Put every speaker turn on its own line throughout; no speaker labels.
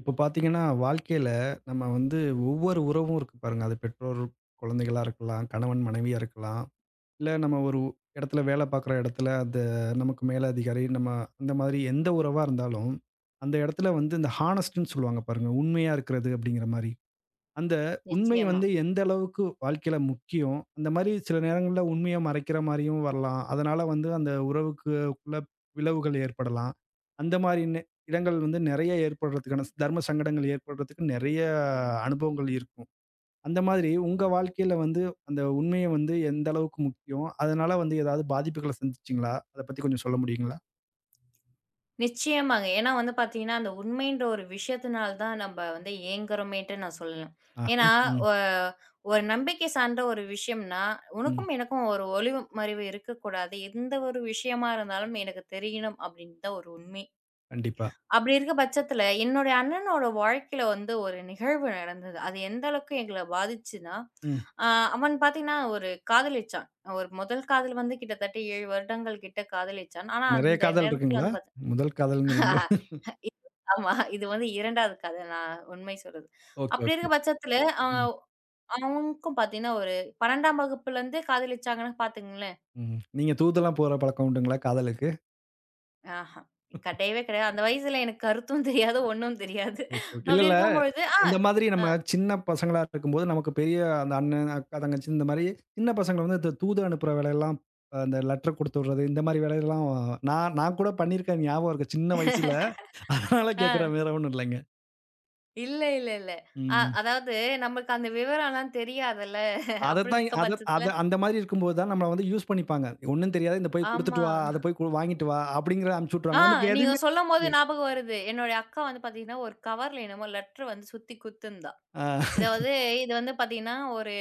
இப்போ பார்த்தீங்கன்னா, வாழ்க்கையில நம்ம வந்து ஒவ்வொரு உறவும் இருக்கு பாருங்க. அது பெற்றோர், குழந்தைகளா இருக்கலாம், கணவன், மனைவியா இருக்கலாம். இல்ல நம்ம ஒரு இடத்துல வேலை பார்க்குற இடத்துல, அது நமக்கு மேலதிகாரி, நம்ம அந்த மாதிரி எந்த உறவா இருந்தாலும், அந்த இடத்துல வந்து இந்த ஹானஸ்ட்டுன்னு சொல்லுவாங்க பாருங்க. உண்மையா இருக்கிறது அப்படிங்கிற மாரி. அந்த உண்மை
நிச்சயமா.
வந்து எந்த அளவுக்கு வாழ்க்கையில முக்கியம், அந்த மாரி சில நேரங்கள்ல உண்மைய மறைக்கிற மாரியும் வரலாம். அதனால வந்து அந்த உறவுக்குள்ள பிளவுகள் ஏற்படலாம். அந்த மாரி இடங்கள் வந்து நெறைய ஏற்படுறதுக்கான தர்ம சங்கடங்கள் ஏற்படுறதுக்கு நெறைய அனுபவங்கள் இருக்கும். அந்த மாதிரி உங்க வாழ்க்கையில வந்து அந்த உண்மைய வந்து எந்த அளவுக்கு முக்கியம்? அதனால வந்து ஏதாவது பாதிப்புகள சந்திச்சீங்களா? அத பத்தி கொஞ்சம் சொல்ல முடியுங்களா?
நிச்சயமாங்க. ஏன்னா வந்து பார்த்தீங்கன்னா, அந்த உண்மைன்ற ஒரு விஷயத்தினால தான் நம்ப வந்து ஏங்குறோமேன்ட்டு நான் சொல்லலாம்.
ஆஹா.
ஏன்னா,
ம்,
ஒ ஒரு நம்பிக்கை சார்ந்த ஒரு விஷயம்னா,
ம்.
உனக்கும் எனக்கும் ஒரு ஒளிவு மறைவு இருக்கக்கூடாது. எந்த ஒரு விஷயமா இருந்தாலும் எனக்கு தெரியணும் அப்படின்னு தான் ஒரு உண்மை.
கண்டிப்பா.
அப்படி இருக்க பட்சத்தில, என்னுடைய அண்ணனோட வாழ்க்கையில வந்து ஒரு நிகழ்வு நடந்தது. அது எந்த அளவுக்கு எங்கள பாதிச்சுன்னா,
ம்.
அ அவன் பார்த்தீங்கன்னா ஒரு காதலிச்சான். ஒரு முதல் காதல் வந்து கிட்டத்தட்ட 7 வருடங்கள் கிட்ட காதலிச்சான். ஆனா,
நெறைய
அந்த
காதல்
நேரத்தில
இருக்குங்களா?
வந்து பார்த்தீங்கன்னா
முதல் காதல்ங்கிறீங்களே.
இது ஆமா. இது வந்து 2வது கதை நான் உண்மை சொல்றது.
ஓகே,
அப்படி
ஓகே.
இருக்க பட்சத்தில அவ
ம்.
அவனுக்கும் பார்த்தீங்கன்னா, ஒரு 12ஆம் வகுப்புலருந்தே காதலிச்சாங்கன்னு பார்த்துக்கங்களேன்.
ம். நீங்க தூதெல்லாம் போற பழக்கம் உண்டுங்களா காதலுக்கு?
ஆஹா. கிடையவே கிடையாது. அந்த வயசுல எனக்கு கருத்தும் தெரியாது, ஒண்ணும் தெரியாது.
Okay, okay. இல்ல,
அப்படி
இல்ல.
இருக்கும்பொழுது ஆ,
இந்த மாதிரி நம்ம
ஆ,
சின்ன பசங்களா இருக்கும்போது, நமக்கு பெரிய அந்த அண்ணன், அக்கா, தங்கச்சி இந்த மாரி சின்ன பசங்கள வந்து இந்த தூது அனுப்புற வேலையெல்லாம் அந்த லெட்டர் குடுத்து விடுறது, இந்த மாரி வேலையெல்லாம் நான் நான் கூட பண்ணியிருக்கேன், ஞாபகம் இருக்கு சின்ன வயசுல. அதனால
ஆ.
கேட்கிறேன், வேற ஒண்ணும் இல்லைங்க.
இல்ல, இல்ல, இல்ல.
ம்.
அதாவது நமக்கு அந்த விவரம்லாம் தெரியாதுல்ல. அப்படி
அதத்தான்
இருக்க
அத
பட்சத்தில
அத அந்த மாரி இருக்கும்போது தான் நம்மள வந்து யூஸ் பண்ணிப்பாங்க. ஒண்ணும் தெரியாது, இந்த போய் குடுத்துட்டு
ஆமா.
வா, அத போய் கு வாங்கிட்டு வா அப்படிங்கிற அனுப்பிச்சு
ஆ
விட்டுருவாங்க. நமக்கு
நீங்க
எதுவுமே
சொல்லும்போது ஞாபகம் வருது. என்னுடைய அக்கா வந்து பார்த்தீங்கன்னா, ஒரு கவர்ல என்னமோ லெட்டர் வந்து சுத்தி குத்துந்தா.
ஆ,
இதாவது இது வந்து பார்த்தீங்கன்னா,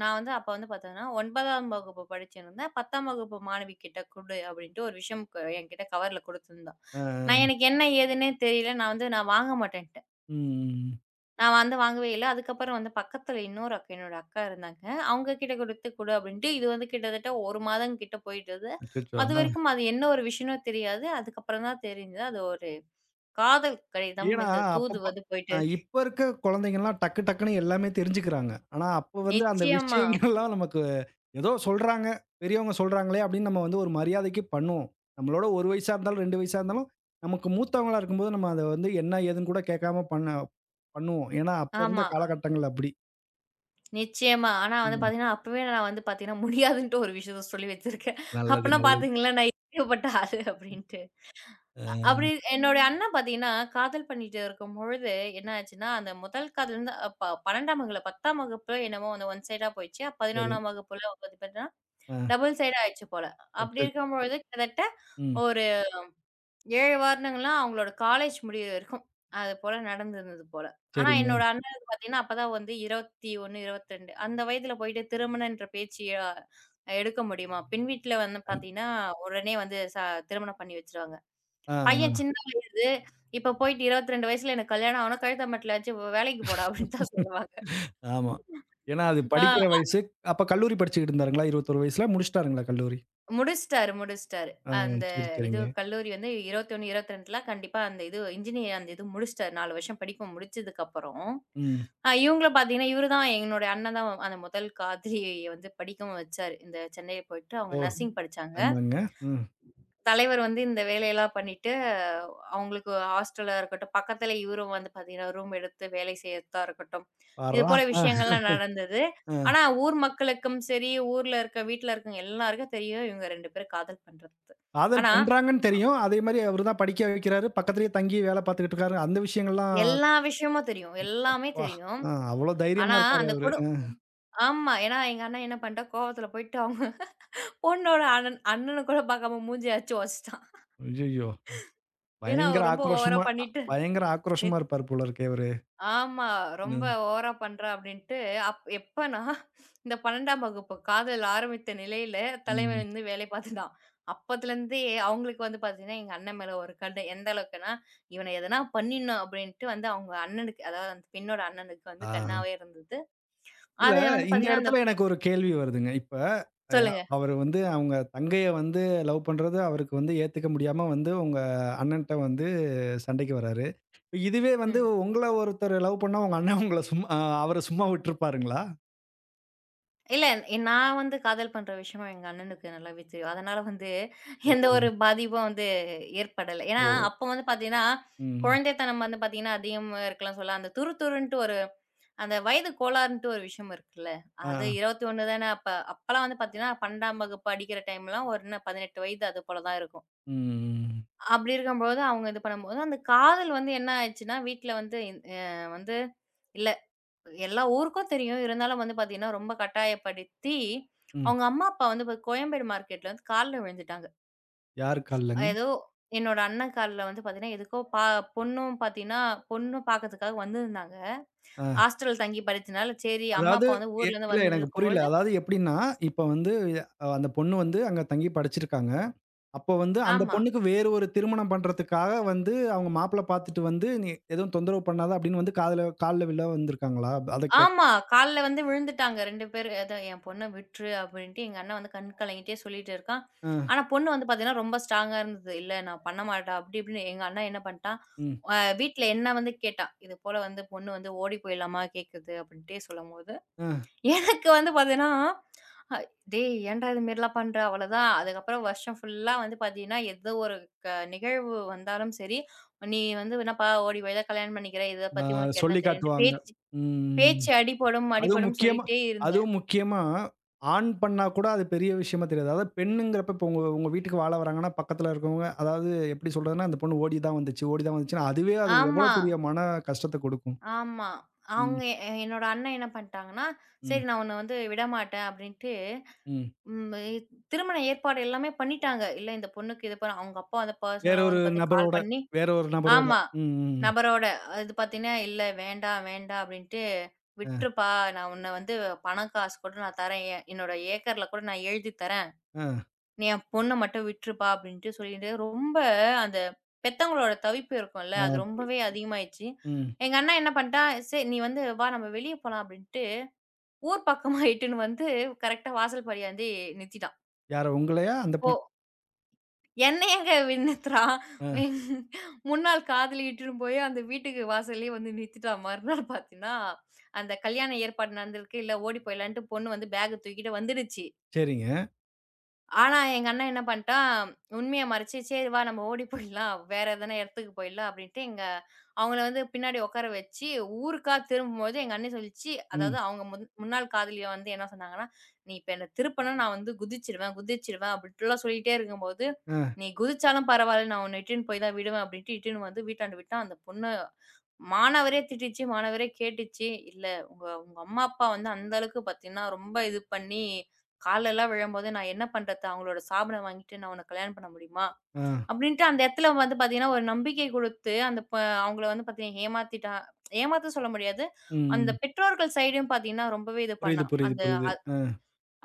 நான் வந்து அப்ப வந்து பார்த்தீங்கன்னா, 9ஆம் வகுப்பு படிச்சிருந்தேன். 10ஆம் வகுப்பு மாணவி கிட்ட குடு அப்படின்ட்டு ஒரு விஷயம் என்கிட்ட கவர்ல குடுத்துருந்தா.
ஆ.
எனக்கு என்ன ஏதுன்னே தெரியல. நான் வாங்க மாட்டேன்ட்டேன்.
ம்.
நான் வந்து வாங்கவே இல்ல. அதுக்கப்புறம் வந்து பக்கத்துல இன்னொரு அக்கா என்னோட அக்கா இருந்தாங்க. அவங்க கிட்ட குடுத்து குடு அப்படின்ட்டு இது வந்து கிட்டத்தட்ட 1 மாதம் கிட்ட போயிட்டது.
அச்சச்சோ!
அதுவரைக்கும் அது என்ன ஒரு விஷயம்னு தெரியாது. அதுக்கப்புறம் தான் தெரிஞ்சது. அது ஒரு காதல் கடிதம்.
ஏன்னா,
இந்த தூது
அப்பப்ப
வந்து போயிட்டு இருக்கு.
இப்ப இருக்க குழந்தைங்கலாம் டக்கு டக்குன்னு எல்லாமே தெரிஞ்சுக்கிறாங்க. ஆனா, அப்ப வந்து அந்த
நிச்சயமா.
விஷயங்கள்லாம் நமக்கு ஏதோ சொல்றாங்க, பெரியவங்க சொல்றாங்களே அப்படின்னு நம்ம வந்து ஒரு மரியாதைக்கு பண்ணுவோம். நம்மளோட 1 வயசா இருந்தாலும், 2 வயசா இருந்தாலும், நமக்கு மூத்தவங்களா இருக்கும்போது நம்ம அத வந்து என்ன ஏதுன்னு கூட கேட்காம பண்ணுவோம். ஏன்னா, அப்ப இருந்த
ஆமா.
காலகட்டங்கள் அப்படி.
நிச்சயமா. ஆனா வந்து
ம்.
பார்த்தீங்கன்னா, அப்பவே நான் வந்து பார்த்தீங்கன்னா, முடியாதுன்ட்டு ஒரு விஷயத்த சொல்லி வச்சிருக்கேன்.
நல்லது,
அப்பன்னா
நல்லது.
பார்த்துக்கங்களேன், நான் ஏகப்பட்ட ஆளு அப்படின்ட்டு. அ
அ
அப்படி என்னோட அண்ணன் பார்த்தீங்கன்னா, காதல் பண்ணிட்டு இருக்கும்பொழுது என்ன ஆச்சுன்னா, அந்த முதல் காதலருந்து அ ப 12ஆம் வகுப்புல 10ஆம் வகுப்புல என்னமோ வந்து ஒன் சைடா போயிடுச்சு.
சரி.
11ஆம் வகுப்புல வந்து பார்த்தீங்கன்னா,
அ
டபுள் சைடா ஆயிடுச்சு போல. அப்படி
அச்சச்
இருக்கும்பொழுது கிட்டத்தட்ட
ம்.
ஒரு 7 வருடங்கள்லாம் அவங்களோட காலேஜ் முடியிற வரைக்கும். அது போல நடந்திருந்தது போல. ஆனா
சரிங்க.
என்னோட அண்ணனுக்கு பார்த்தீங்கன்னா, அப்பதான் வந்து 21, 22 அந்த வயதில போயிட்டு திருமணம்ன்ற பேச்சு எடுக்க முடியுமா? பெண் வீட்ல வந்து
அ.
பார்த்தீங்கன்னா, உடனே வந்து திருமணம் பண்ணி வச்சுருவாங்க.
ஆ.
பையன் சின்ன வயது. இப்ப போயிட்டு 22 வயசுல எனக்கு கல்யாணம் ஆகணும். கழுத்த மட்டல வச்சு "வேலைக்கு போடா" அப்படின்னு தான் சொல்லுவாங்க.
ஆமா. ஏன்னா அது
ஆ.
படிக்கிற வயசு. அப்ப கல்லூரி படிச்சுக்கிட்டு இருந்தாருங்களா? 21 வயசுல முடிச்சுட்டாருங்களா கல்லூரி?
முடிச்சுட்டாரு, முடிச்சுட்டாரு.
ஆ
அந்த
சரி,
இது
சரிங்க.
கல்லூரி வந்து 21, 22ல கண்டிப்பா அந்த இது இன்ஜினியர் அந்த இது முடிச்சுட்டாரு. 4 வருஷம் படிப்பு முடிச்சதுக்கப்புறம்,
ம்.
இவங்கள பார்த்தீங்கன்னா, இவரு தான் என்னோட அண்ணன் தான் அந்த முதல் காதலிய வந்து படிக்கவும் வச்சாரு. இந்த சென்னையில போயிட்டு அவங்க
ஓ!
நர்சிங் படிச்சாங்க.
ஆமாங்க. ம்.
தலைவர் வந்து இந்த வேலையெல்லாம் பண்ணிட்டு, அவங்களுக்கு ஹாஸ்டலா இருக்கட்டும், பக்கத்துல இவரும் வந்து பாத்தீங்கன்னா, ரூம் எடுத்து வேலை செய்யறதா இருக்கட்டும். இது
பார்றா!
போல
ஆ,
விஷயங்கள்லாம் நடந்தது.
ஆ.
ஆனா ஊர் மக்களுக்கும் சரி, ஊர்ல இருக்க வீட்ல இருக்கவங்க எல்லாருக்கும் தெரியும், இவங்க 2 பேரும் காதல் பண்றது.
காதல்
ஆனா
பண்றாங்கன்னு தெரியும். அதே மாரி அவரு தான் படிக்க வைக்கிறாரு. பக்கத்திலேயே தங்கி வேல பார்த்துக்கிட்டு இருக்காரு. அந்த விஷயங்கள்லாம்
எல்லா விஷயமும் தெரியும். எல்லாமே
அப்பா!
தெரியும்.
ஆ அவ்ளோ தைரியமா
ஆனா
இருக்காரு
அந்த
அவரு.
குடு
அ.
ஆமா. ஏன்னா எங்க அண்ணன் என்ன பண்ணிட்டான், கோவத்துல போயிட்டு அவங்க பொண்ணோட அண்ணன கூட பாக்காம மூஞ்சிய அடிச்சு உடைச்சுட்டான்.
ஐயய்யோ!
ஏன்னா அவ
பயங்கர
ரொம்ப ஓவரா
ஆக்ரோஷமா
பண்ணிட்டு
பயங்கர
நி
ஆக்ரோஷமா இருப்பாரு போல இருக்கே அவரு.
ஆமா. ரொம்ப
ம்.
ஓவரா பண்றா அப்டின்ட்டு, எப்பன்னா, இந்த 12ஆம் வகுப்பு காதல் ஆரம்பித்த நிலையில தலைவன்
ம்.
வந்து வேலை பார்த்துட்டான். அப்பத்துலருந்தே அவங்களுக்கு வந்து பார்த்தீங்கன்னா, எங்க அண்ணன் மேல ஒரு கடு எந்த அளவுக்குன்னா, இவன எதனா பண்ணிடணும் அப்டின்ட்டு வந்து அவங்க அண்ணனுக்கு அதாவது அந்த பெண்ணோட அண்ணனுக்கு வந்து
ஆ.
கண்ணாவே இருந்தது.
இல்ல,
அத வந்து
இந்த
பார்த்தீங்கன்னா அந்த
இடத்துல எனக்கு ஒரு கேள்வி வருதுங்க. இப்ப அ
சொல்லுங்க.
அவரு வந்து அவங்க தங்கைய வந்து லவ் பண்றது அவருக்கு வந்து ஏத்துக்க முடியாம வந்து உங்க அண்ணன்ட்ட வந்து சண்டைக்கு வராரு. இப்ப இதுவே வந்து
ம்.
உங்கள ஒருத்தர் லவ் பண்ணா உங்க அண்ணன் உங்கள சும்மா அ அவர சும்மா விட்டுருப்பாருங்களா?
இல்ல, நான் வந்து காதல் பண்ற விஷயமா எங்க அண்ணனுக்கு நல்லாவே தெரியும். அதனால வந்து
ஓ!
எந்த ஒரு பாதிப்பும் வந்து ஏற்படல. ஏன்னா,
ஓ!
அப்ப வந்து பாத்தீங்கன்னா,
ம்.
குழந்தைத்தனம் வந்து பாத்தீங்கன்னா அதிகமா இருக்கலாம் சொல்லலாம். அந்த துரு துருன்ட்டு ஒரு அந்த வயது கோளாறுன்ட்டு ஒரு விஷயம் இருக்குல்ல.
ஆ.
அது 21 தானே அப்ப. அப்பலாம் வந்து பாத்தீங்கன்னா 12ஆம் வகுப்பு படிக்கிற டைம்லாம் ஒரு என்ன 18 வயது அது போல தான் இருக்கும்.
ம்.
அப்படி இருக்கும்போது அவங்க இது பண்ணும்போது, அந்த காதல் வந்து என்ன ஆயிடுச்சுன்னா, வீட்ல வந்து இந் அ வந்து எல்லா ஊருக்கும் தெரியும். இருந்தாலும் வந்து பார்த்தீங்கன்னா, ரொம்ப கட்டாயப்படுத்தி,
ம்.
அவங்க அம்மா, அப்பா வந்து கோயம்பேடு மார்க்கெட்ல வந்து கால்ல விழுந்துட்டாங்க.
யாரு கால்லங்க?
ஏதோ என்னோட அண்ணன் கால்ல வந்து பார்த்தீங்கன்னா, எதுக்கோ பொண்ணும் பார்த்தீங்கன்னா, பொண்ணு பார்க்கறதுக்காக வந்திருந்தாங்க.
ஆ.
ஹாஸ்டல் தங்கி படிச்சனால, சரி அம்மா,
அதாவது
அப்பா வந்து
எ
ஊர்லேருந்து
இல்ல எனக்கு புரியல.
வந்துருக்கும்பொழுது
அதாவது எப்படின்னா, இப்ப வந்து அந்த பொண்ணு வந்து அங்க தங்கி படிச்சிருக்காங்க. அப்போ வந்து அந்த
ஆமா.
பொண்ணுக்கு வேறு ஒரு திருமணம் பண்றதுக்காக வந்து அவங்க மாப்பிள்ளை பார்த்துட்டு வந்து, "நீ எதுவும் தொந்தரவு பண்ணாத" அப்படின்னு வந்து காதுல கால்ல விழ வந்திருக்காங்களா? அத கேக்
ஆமா. கால்ல வந்து விழுந்துட்டாங்க 2 பேரு. அதான் என் பொண்ண விட்டுரு அப்படின்ட்டு எங்க அண்ணன் வந்து கண் கலங்கிட்டே சொல்லிட்டு இருக்கான்.
அ,
ஆனா பொண்ணு வந்து பார்த்தீங்கன்னா, ரொம்ப ஸ்ட்ராங்கா இருந்தது. "இல்ல நான் பண்ண மாட்டேன்" அப்படி இப்படின்னு எங்க அண்ணன் என்ன பண்ணிட்டான்,
ம்.
வீட்ல என்ன வந்து கேட்டான். இது போல வந்து பொண்ணு வந்து "ஓடி போயிடலாமா கேட்குது" அப்படின்ட்டே சொல்லும்போது,
அ,
எனக்கு வந்து பார்த்தீங்கன்னா, அ "டேய் ஏன்டா இது மாரிலாம் பண்ற? அவ்வளோதான். அதுக்கப்புறம் வருஷம் ஃபுல்லா வந்து பார்த்தீங்கன்னா, ஏதோ ஒரு க நிகழ்வு வந்தாலும் சரி, நீ வந்து என்னப்பா ஓடி போய் தான் கல்யாணம் பண்ணிக்கிற. இத
அ
பத்தி உனக்கு என்ன
சொல்லி
தெரியும்ன்ட்டு"
காட்டுவாங்க.
பேச்சு
ம்.
பேச்சு அடிபடும்,
அதுவும்
அடிபடும்
முக்கியமா
சொல்லிட்டே இருந்தேன்.
அதுவும் முக்கியமா ஆண் பண்ணா கூட அது பெரிய விஷயமா தெரியாது. அதாவது பெண்ணுங்கிறப்ப இப்போ உங்க உங்க வீட்டுக்கு வாழ வராங்கன்னா, பக்கத்துல இருக்கவங்க அதாவது எப்படி சொல்றதுன்னா, அந்த பொண்ணு ஓடி தான் வந்துச்சு, ஓடி தான் வந்துச்சுன்னா, அதுவே அது எவ்வளோ
ஆமா,
பெரிய மன கஷ்டத்த கொடுக்கும்.
ஆமா.
ம்,
அவங்க எ என்னோட அண்ணன் என்ன பண்ணிட்டாங்கன்னா,
ம்,
"சரி நான் உன்ன வந்து விடமாட்டேன்" அப்படின்ட்டு
ம்.
ம் இ- திருமண ஏற்பாடு எல்லாமே பண்ணிட்டாங்க. இல்ல இந்த பொண்ணுக்கு இது ப அவங்க அப்பா வந்து
வேற
பர்சனலா
ஒரு
வந்து பார்த்தீங்கன்னா கால்
நபரோட
பண்ணி
வேற ஒரு நபரோட.
ஆமா.
ம், ம்.
நபரோட இது பார்த்தீங்கன்னா, "இல்ல வேண்டாம், வேண்டாம்" அப்படின்ட்டு
அ,
"விட்டுருப்பா, நான் உன்ன வந்து பணம் காசு கூட நான் தரேன். என்னோட ஏக்கர்ல கூட நான் எழுதி தரேன்."
அ.
"நீ என் பொண்ண மட்டும் விட்டுருப்பா" அப்படின்ட்டு சொல்லிட்டு, ரொம்ப அந்த பெத்தவங்களோட தவிப்பு இருக்கும்ல,
ஆ
அது
புரி
ரொம்பவே அதிகமாயிருச்சு.
ம்.
எங்க அண்ணா என்ன பண்ணிட்டான், "சரி நீ வந்து வா நம்ம வெளிய போலாம்" அப்படின்ட்டு, ஊர் பக்கமா இட்டுன்னு வந்து கரெக்ட்டா வாசல் படியாண்டி நிறுத்திட்டான்.
யார உங்களையா? அந்த பொண்
போ என்ன ஏங்க நிறுத்துறான்?
ஆ
எங் முன்னாள் காதலி இட்டுன்னு போய் அந்த வீட்டுக்கு வாசல்லயே வந்து நிறுத்திட்டான். மறுநாள் பார்த்தீங்கன்னா, அந்த கல்யாண ஏற்பாடு நடந்திருக்கு, இல்ல ஓடி போயிடலான்ட்டு பொண்ணு வந்து பேக்க தூக்கிட்டு வந்துடுச்சு.
சரிங்க.
ஆனா, எங்க அண்ணன் என்ன பண்ட்டான், உண்மைய மறைச்சு, "சரி வா நம்ம ஓடி போயிடலாம். வேற எதனா இடத்துக்கு போயிடலாம்" அப்படின்ட்டு அவங்கள வந்து பின்னாடி உட்கார வச்சு, ஊருக்கா திரும்பும்போது எங்க அண்ணி சொல்லிச்சு,
ம்.
அதாவது அவங்க முன்னாள் காதலிய வந்து என்ன சொன்னாங்கன்னா, "நீ இப்ப என்ன திருப்புனா நான் வந்து குதிச்சுருவேன்" அப்படின்ட்டுலாம் சொல்லிட்டே இருக்கும்போது,
ஆ,
"நீ குதிச்சாலும் பரவாயில்ல, நான் உன்ன இட்டுன்னு போய் தான் விடுவேன்" அப்படின்ட்டு இட்டுன்னு வந்து வீட்டாண்ட விட்டான். அந்த பொண்ணு மாணவரே திட்டிச்சு, மாணவரே கேட்டுச்சு. இல்ல உங்க உங்க அம்மா, அப்பா வந்து அந்த அளவுக்கு பார்த்தீங்கன்னா, ரொம்ப இது பண்ணி கால்லலாம் விழும்போது, நான் என்ன பண்றது? அவங்களோட சாபன வாங்கிட்டு நான் உன்ன கல்யாணம் பண்ண முடியுமா?
ஆ.
அப்படின்ட்டு அந்த இடத்துல வந்து பார்த்தீங்கன்னா, ஒரு நம்பிக்கை குடுத்து, அந்த ப அவங்கள வந்து பார்த்தீங்கன்னா ஏமாத்த சொல்ல முடியாது. அந்த
ம்.
பெற்றோர்கள் சைடும் பார்த்தீங்கன்னா, ரொம்பவே இது
புரியுது,
பண்ணான்.
புரியுது, புரியுது.
அ
ஆ.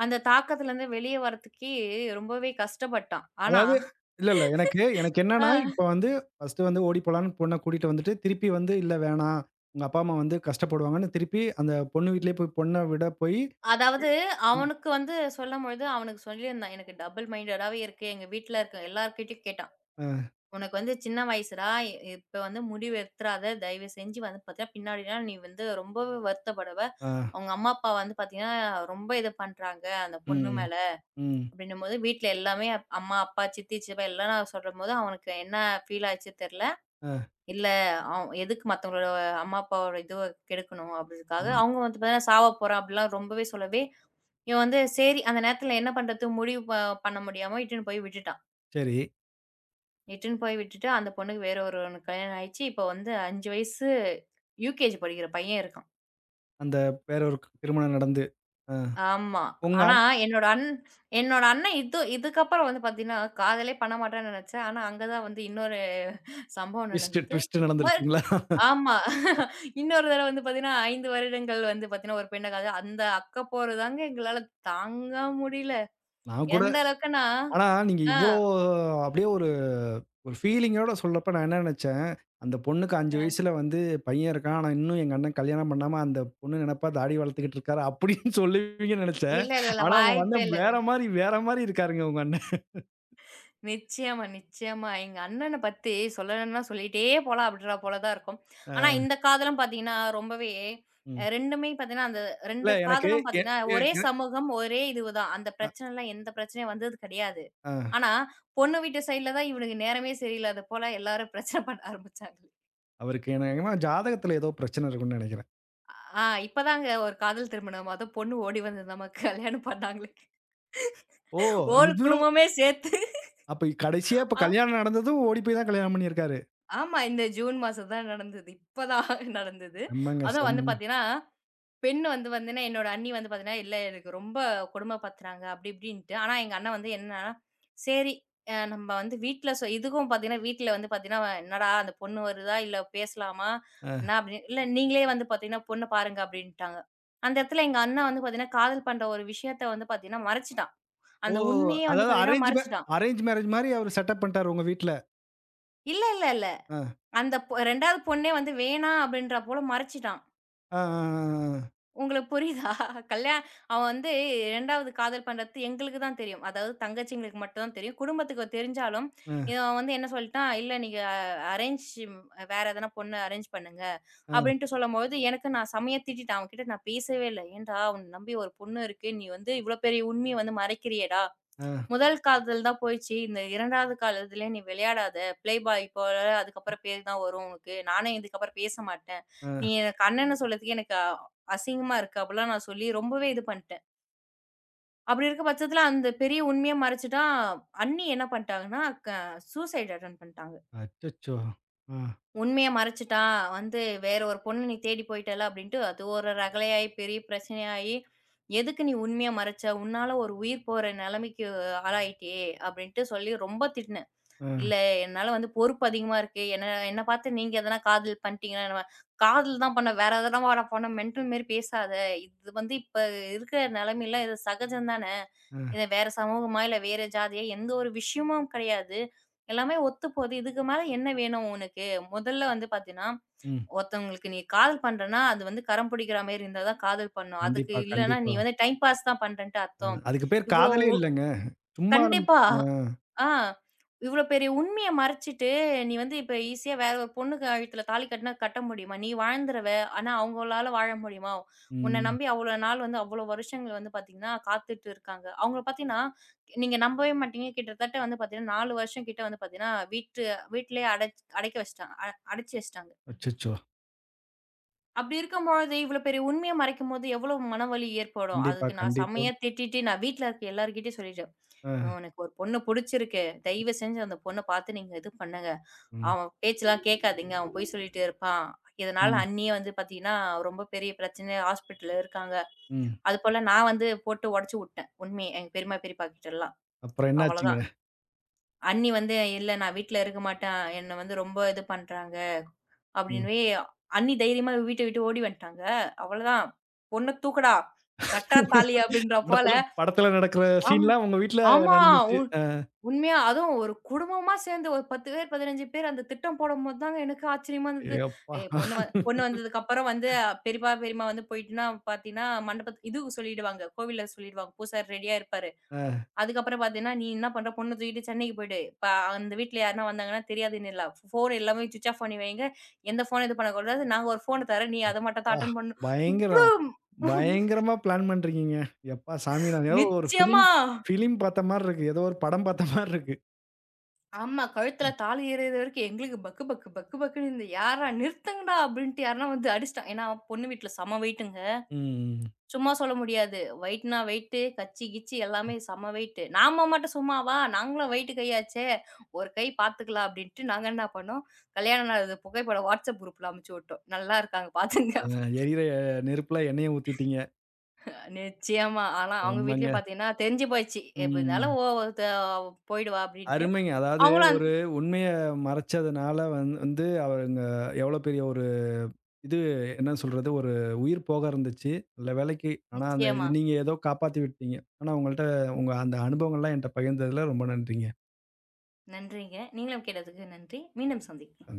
அந்த தாக்கத்துலருந்து வெளிய வரதுக்கே ரொம்பவே கஷ்டப்பட்டான். ஆனா,
அதாவது இல்ல, இல்ல. எனக்கு எனக்கு என்னன்னா,
அ
இப்ப வந்து ஃபர்ஸ்ட்டு வந்து ஓடி போலான்னு பொண்ண கூட்டிட்டு வந்துட்டு, திருப்பி வந்து இல்ல வேணாம். உங்க அப்பா, அம்மா வந்து கஷ்டப்படுவாங்கன்னு திருப்பி அந்த பொண்ணு வீட்லயே போய் பொண்ண விட போயி
அதாவது
ம்.
அவனுக்கு வந்து சொல்லும்பொழுது, அவனுக்கு சொல்லியிருந்தான். எனக்கு டபுள் மைண்டடாவே இருக்கு. எங்க வீட்ல இருக்க எல்லார்கிட்டயும் கேட்டான்.
ஆ,
"உனக்கு வந்து சின்ன வயசுடா. இப்ப வந்து முடிவு எடுத்துறாத. தயவு செஞ்சு வந்து பார்த்தீங்கன்னா, பின்னாடிலாம் நீ வந்து ரொம்பவே வருத்தப்படுவ.
ஆ.
அவங்க அம்மா, அப்பா வந்து பார்த்தீங்கன்னா, ரொம்ப இது பண்றாங்க. அந்த பொண்ணு
ம்.
மேல."
ம்.
அப்படின்னும்போது வீட்ல எல்லாமே அம்மா, அப்பா, சித்தி, சித்தப்பா எல்லாரும் சொல்லும்போது, அவனுக்கு என்ன ஃபீல் ஆச்சு தெர்ல.
ஆ.
இல்ல எதுக்கு மத்தவங்களோட அம்மா, அப்பாவோட இதுவ கெடுக்கணும் அப்படின்றதுக்காக,
ஆமா.
அவங்க வந்து பார்த்தீங்கன்னா சாவ போறேன் அப்படிலாம் ரொம்பவே சொல்லவே, இவன் வந்து சரி அந்த நேரத்துல என்ன பண்றது முடிவு பண்ண முடியாம இட்டுன்னு போய் விட்டுட்டான்.
சரி.
இட்டுன்னு போய் விட்டுட்டு அந்த பொண்ணுக்கு வேற ஒருவனுக்கு கல்யாணம் ஆயிடுச்சு. இப்போ வந்து 5 வயசு யுகேஜி படிக்கிற பையன் இருக்கான்.
அந்த வேற ஒரு திருமணம் நடந்து. ஆ.
ஆமா.
உங்க
ஆனா
ஆள்
என்னோட அண் என்னோட அண்ணன் இதுக்கப்புறம் வந்து பார்த்தீங்கன்னா, காதலே பண்ண மாட்டான்னு நெனச்சேன். ஆனா அங்க தான் வந்து இன்னொரு சம்பவம்
ட்விஸ்ட்டு
நடந்தது.
ட்விஸ்ட்டு
மறு
நடந்துருச்சுங்களா?
ஆமா. இன்னொரு தடவ வந்து பாத்தீங்கன்னா, 5 வருடங்கள் வந்து பாத்தீங்கன்னா, ஒரு பெண்ண காத அந்த அக்க போர் தாங்க எங்களால தாங்க முடியல.
நான் கூட
எந்த அளவுக்குன்னா
ஆனா, நீங்க
ஆ,
இவ்ளோ அப்படியே ஒரு ஒரு ஃபீலிங்கோட சொல்றப்ப நான் என்ன நெனச்சேன், அந்த பொண்ணுக்கு 5
அ.
வயசுல வந்து பையன் இருக்கான். ஆனா, இன்னும் எங்க அண்ணன் கல்யாணம் பண்ணாம அந்த பொண்ணு நெனப்பா தாடி வளர்த்துக்கிட்டு இருக்காரு அப்படின்னு சொல்லுவீங்கன்னு நெனச்சேன்.
இல்ல, இல்ல, இல்ல.
ஆனா, உங்க
வாய்ப்பே
அண்ணன்
இல்லங்க.
வேற மாரி வேற மாரி இருக்காருங்க உங்க அண்ணன்.
நிச்சயமா, நிச்சயமா. எங்க அண்ணன பத்தி சொல்லணும்னா சொல்லிட்டே போலாம் அப்படின்ற போல தான் இருக்கும். ஆனா
அ
இந்த காதலும் பாத்தீங்கன்னா, ரொம்பவே
ம்.
2மே பாத்தீங்கன்னா, அந்த
இல்ல
2
எனக்கு
காதலும்
எ
பாத்தீங்கன்னா,
எ
ஒரே
எ
சமூகம், ஒரே இதுதான். அந்த
அ
பிரச்சனைலாம் எந்த பிரச்சனையும் வந்தது கிடையாது.
அ
ஆனா, பொண்ணு வீட்டு சைட்ல தான் இவனுக்கு நேரமே சரியில்லாத போல எல்லாரும் பிரச்சனை பண்ண ஆரம்பிச்சாங்க.
அவருக்கு என்னமோ ஜாதகத்துல ஏதோ பிரச்சனை இருக்கும்னு நெனைக்கிறேன்.
இப்பதாங்க ஒரு காதல் திருமணம். அதுவும் பொண்ணு ஓடி வந்து நமக்கு கல்யாணம் பண்ணாங்களே.
ஓ!
ஹோல்
இதுவும்
குடும்பமே சேர்த்து.
அப்ப கடைசியா இப்ப
ஆ
கல்யாணம் நடந்ததும் ஓடி போய் தான் கல்யாணம் பண்ணியிருக்காரு.
ஆமா. இந்த ஜூன் மாசம் தான் நடந்தது. இப்பதான் நடந்தது.
செம்மங்க,
அதுவும் வந்து
செம்மங்க.
பார்த்தீங்கன்னா பெண் வந்து வந்துன்னா, என்னோட அண்ணி வந்து பார்த்தீங்கன்னா, "இல்ல எனக்கு ரொம்ப கொடுமை படுத்துறாங்க." அப்படி இப்படின்ட்டு. ஆனா எங்க அண்ணன் வந்து என்னன்னா, சரி அ நம்ம வந்து வீட்ல இதுக்கும் பார்த்தீங்கன்னா, வீட்ல வந்து பார்த்தீங்கன்னா, "என்னடா அந்த பொண்ணு வருதா? இல்ல பேசலாமா?
அ.
என்ன?" அப்படின்னு. "இல்ல நீங்களே வந்து பார்த்தீங்கன்னா, பொண்ண பாருங்க." அப்படின்ட்டாங்க. அந்த இடத்துல எங்க அண்ணா வந்து பார்த்தீங்கன்னா, காதல் பண்ற ஒரு விஷயத்த வந்து பார்த்தீங்கன்னா, மறைச்சுட்டான்.
ஓ!
அந்த உண்மையே வந்து
அதாவது
பார்த்தீங்கன்னா
அரேஞ்ச் மே
மறைச்சுட்டான்.
அரேஞ்ச் மேரேஜ் மாரி அவரு செட்டப் பண்ணிட்டாரு உங்க வீட்ல.
இல்ல, இல்ல, இல்ல.
ஆ.
அந்த பொ 2வது பொண்ணே வந்து வேணாம் அப்படின்றா போல மறைச்சுட்டான்.
ஆ, ஆ,
உங்களுக்கு புரியுதா? கல்யா அவன் வந்து 2வது காதல் பண்றது எங்களுக்கு தான் தெரியும். அதாவது தங்கச்சிங்களுக்கு மட்டும் தான் தெரியும். குடும்பத்துக்கு தெரிஞ்சாலும்,
ஆ,
இவன் வந்து என்ன சொல்லிட்டான், "இல்ல நீங்க அரேஞ்ச் வேற எதனா பொண்ணு அரேஞ்ச் பண்ணுங்க."
ஆ, ஆ,
அப்படின்ட்டு சொல்லும்பொழுது, எனக்கு நான் செமையா திட்டிட்டேன். அவன்கிட்ட நான் பேசவே இல்ல. "ஏன்டா உன்ன நம்பி ஒரு பொண்ணு இருக்கு. நீ வந்து இவ்ளோ பெரிய உண்மைய வந்து மறைக்கிறியேடா!"
ஆ,
முதல் காதல் தான் போயிடுச்சு. இந்த 2வது காதல்ல நீ விளையாடாத. பிளே பாய் போல அதுக்கப்புறம் பேர் தான் வரும் உனக்கு. நானே இதுக்கப்புறம் பேச மாட்டேன்.
ஆ,
நீ
ஆ.
எனக்கு அண்ணன்னு சொல்றதுக்கே எனக்கு அசிங்கமா இருக்கு. அப்படிலாம் நான் சொல்லி ரொம்பவே இது பண்ணிட்டேன். அப்படி இருக்க பட்சத்துல அந்த பெரிய உண்மைய மறைச்சுட்டா, அண்ணி என்ன பண்ணிட்டாங்கன்னா, க சூசைட் அட்டெம்ப்ட் பண்ணிட்டாங்க.
அச்சச்சோ! ஆ,
உண்மைய மறைச்சுட்டா, வந்து வேற ஒரு பொண்ண நீ தேடி போயிட்டல்ல அப்படின்ட்டு அது ஒரு ரகளையாயி, பெரிய பிரச்சனையாயி, "எதுக்கு நீ உண்மைய மறைச்ச? உன்னால ஒரு உயிர் போற நிலைமைக்கு ஆளாயிட்டே" அப்படின்ட்டு சொல்லி ரொம்ப திட்டினேன்.
ஆ,
இல்ல என்னால வந்து பொறுப்பு அதிகமா இருக்கு. என்ன என்ன பார்த்து நீங்க எதனா காதல் பண்ணிட்டீங்கன்னா என்னவ? காதல் தான் பண்ணேன். வேற எதனாவா நான் பண்ணேன் மென்டல் மாரி பேசாத. இது வந்து இப்ப இருக்கிற நிலைமையில இது சகஜம் தான.
ஆ,
இது வேற சமூகமா, இல்ல வேற ஜாதியா எந்த ஒரு விஷயமும் கிடையாது. எல்லாமே ஒத்து போது. இதுக்கு மேல என்ன வேணும் உனக்கு? முதல்ல வந்து பார்த்தீன்னா,
ம்.
ஒருத்தவங்களுக்கு நீ காதல் பண்றன்னா, அது வந்து கரம் பிடிக்கிற மாரி இருந்தா தான் காதல் பண்ணும். அதுக்கு
கண்டிப்பா,
இல்லன்னா, நீ
கண்டிப்பா.
வந்து டைம் பாஸ் தான் பண்றன்ட்டு
அ
அர்த்தம்.
அதுக்கு பேர்
இவ்வளோ
காதலே இல்லங்க. சும்மா
கண்டிப்பா.
நம்ம ஆ,
ஆ. இவ்ளோ பெரிய உண்மைய மறைச்சிட்டு, நீ வந்து இப்ப ஈஸியா வேற ஒரு பொண்ணு கழுத்துல தாலி கட்டினா கட்ட முடியுமா? நீ வாழ்ந்துருவ. ஆனா அவங்களால வாழ முடியுமா? உன்ன
ம்.
நம்பி அவ்ளோ நாள் வந்து அவ்ளோ வருஷங்கள் வந்து பார்த்தீங்கன்னா, காத்துட்டு இருக்காங்க. அவங்கள பார்த்தீங்கன்னா, நீங்க நம்பவே மாட்டீங்க. கிட்டத்தட்ட வந்து பார்த்தீங்கன்னா, 4 வருஷம் கிட்ட வந்து பார்த்தீங்கன்னா, வீட்லயே அடைக்க வச்சுட்டாங்க. அடைச்சு வச்சுட்டாங்க.
அச்சச்சோ!
அப்படி இருக்கும்பொழுது, இவ்வளோ பெரிய உண்மைய மறைக்கும்போது எவ்வளோ மனவலி ஏற்படும்.
கண்டிப்பா,
அதுக்கு நான்
கண்டிப்பா.
செம்மையா திட்டிட்டு, நான் வீட்ல இருக்க எல்லார்கிட்டயும் சொல்லிட்டேன்.
ஆ,
"உனக்கு ஒரு பொண்ணு புடிச்சிருக்கு. தயவு செஞ்சு அந்த பொண்ண பார்த்து நீங்க இது பண்ணுங்க.
ம்,
அவன் பேச்செல்லாம் கேட்காதீங்க. அவன் பொய் சொல்லிட்டே இருப்பான். இதனால
ம்,
அண்ணியே வந்து பார்த்தீங்கன்னா, ரொம்ப பெரிய பிரச்சனையா ஹாஸ்பிட்டல்ல இருக்காங்க."
ம்.
அதுபோல நான் வந்து போட்டு உடைச்சு வுட்டேன். உண்மைய எங்க பெரியம்மா, பெரியப்பா கிட்டலாம்.
அப்புறம் என்னாச்சுங்க?
அவ்வளோதான். அண்ணி வந்து, "இல்ல நான் வீட்ல இருக்க மாட்டேன். என்ன வந்து ரொம்ப இது பண்றாங்க."
ம்.
அப்படின்னவே அண்ணி தைரியமா வீட்ட விட்டு ஓடி வந்துட்டாங்க. அவ்வளதான். "பொண்ண தூக்குடா. கட்றா தாலி" அப்படின்றா போல.
படத்துல படத்துல நடக்கிற
ஆமா,
சீன்லாம் உங்க வீட்ல
ஆமா.
நடந்துச்சு.
உண்
அ.
உண்மையா அதுவும் ஒரு குடும்பமா சேர்ந்து ஒரு 10 பேர், 15 பேர் அந்த திட்டம் போடும்போது தாங்க எனக்கு ஆச்சரியமா இருந்தது.
எப்பா!
ஏ பொண்ணு வ பொண்ணு வந்ததுக்கப்புறம் வந்து பெரியப்பா, பெரியம்மா வந்து போயிட்டுன்னா பார்த்தீங்கன்னா, மண்டபத்து இது சொல்லிடுவாங்க. கோவில்ல சொல்லிடுவாங்க. பூசாரி ரெடியா இருப்பாரு.
அ,
அதுக்கப்புறம் பார்த்தீங்கன்னா, நீ என்ன பண்ற பொண்ண தூக்கிட்டு சென்னைக்கு போயிடு. இப்ப அந்த வீட்ல யாருன்னா வந்தாங்கன்னா தெரியாதுன்னு இல்ல. ஃபோன் எல்லாமே சுவிட்ச் ஆஃப் பண்ணி வைங்க. எந்த ஃபோனும் இது பண்ணக்கூடாது. நாங்க ஒரு ஃபோன தர்றோம். நீ அத மட்டும் தான்
அப்பா!
அட்டெண்ட் பண்ணணும். இவ்ளோ
பயங்கரம். பயங்கரமா பிளான் பண்றீங்கங்க. எப்பா சாமி! நான் ஏதோ ஒரு ஃபிலிம்
நிச்சயமா.
ஃபிலிம் பார்த்த மாரி இருக்கு. ஏதோ ஒரு படம் பார்த்த மாரி இருக்கு.
ஆமா. கழுத்துல தாலி ஏறுற வரைக்கும் எங்களுக்கு பக்கு பக்கு பக்கு பக்குன்னு இருந்தது. யார்ரா நிறுத்துங்கடா! அப்படின்ட்டு யாருன்னா வந்து அடிச்சுட்டாங்க. ஏன்னா பொண்ணு வீட்ல செம வெயிட்டுங்க.
ம்.
சும்மா சொல்ல முடியாது. வெயிட்னா வெயிட்டு, கச்சி, கிச்சி எல்லாமே செம்ம வெயிட்டு. நாம மட்டும் சும்மாவா? நாங்களும் வெயிட்டு கையாச்சே! ஒரு கை பார்த்துக்கலாம் அப்டின்ட்டு நாங்க என்ன பண்ணோம், கல்யாண நாள் புகைப்படம் வாட்ஸ்அப் குரூப்ல அனுப்பிச்சு விட்டோம். நல்லா இருக்காங்க பாத்துங்க
அ
அப்டின்ட்டு.
எரியிற நெருப்புல எண்ணெய ஊத்திட்டீங்க.
நிச்சயமா. ஆனா அவங்க
செம்மங்க.
வீட்லயும் பார்த்தீங்கன்னா, தெரிஞ்சு போயிடுச்சு. எப்டி இருந்தாலும்
ம்.
ஓ த போயிடுவா அப்டின்ட்டு.
அருமைங்க. அதாவது
அவங்களும் அந்
ஒரு உண்மைய மறைச்சதுனால வந்து அவங்க எவ்வளோ பெரிய ஒரு இது என்ன சொல்றது? ஒரு உயிர் போக இருந்துச்சு. நல்ல வேளைக்கு. ஆனா அந்த இது
நிச்சயமா.
நீங்க ஏதோ காப்பாத்தி விட்டீங்க. ஆனா உங்கள்ட்ட உங்க அந்த அனுபவங்கள்லாம் என்ட்ட பகிர்ந்ததுல ரொம்ப நன்றிங்க.
நன்றிங்க. நீங்களும் கேட்டதுக்கு நன்றி. மீண்டும் சந்திக்கலாம்.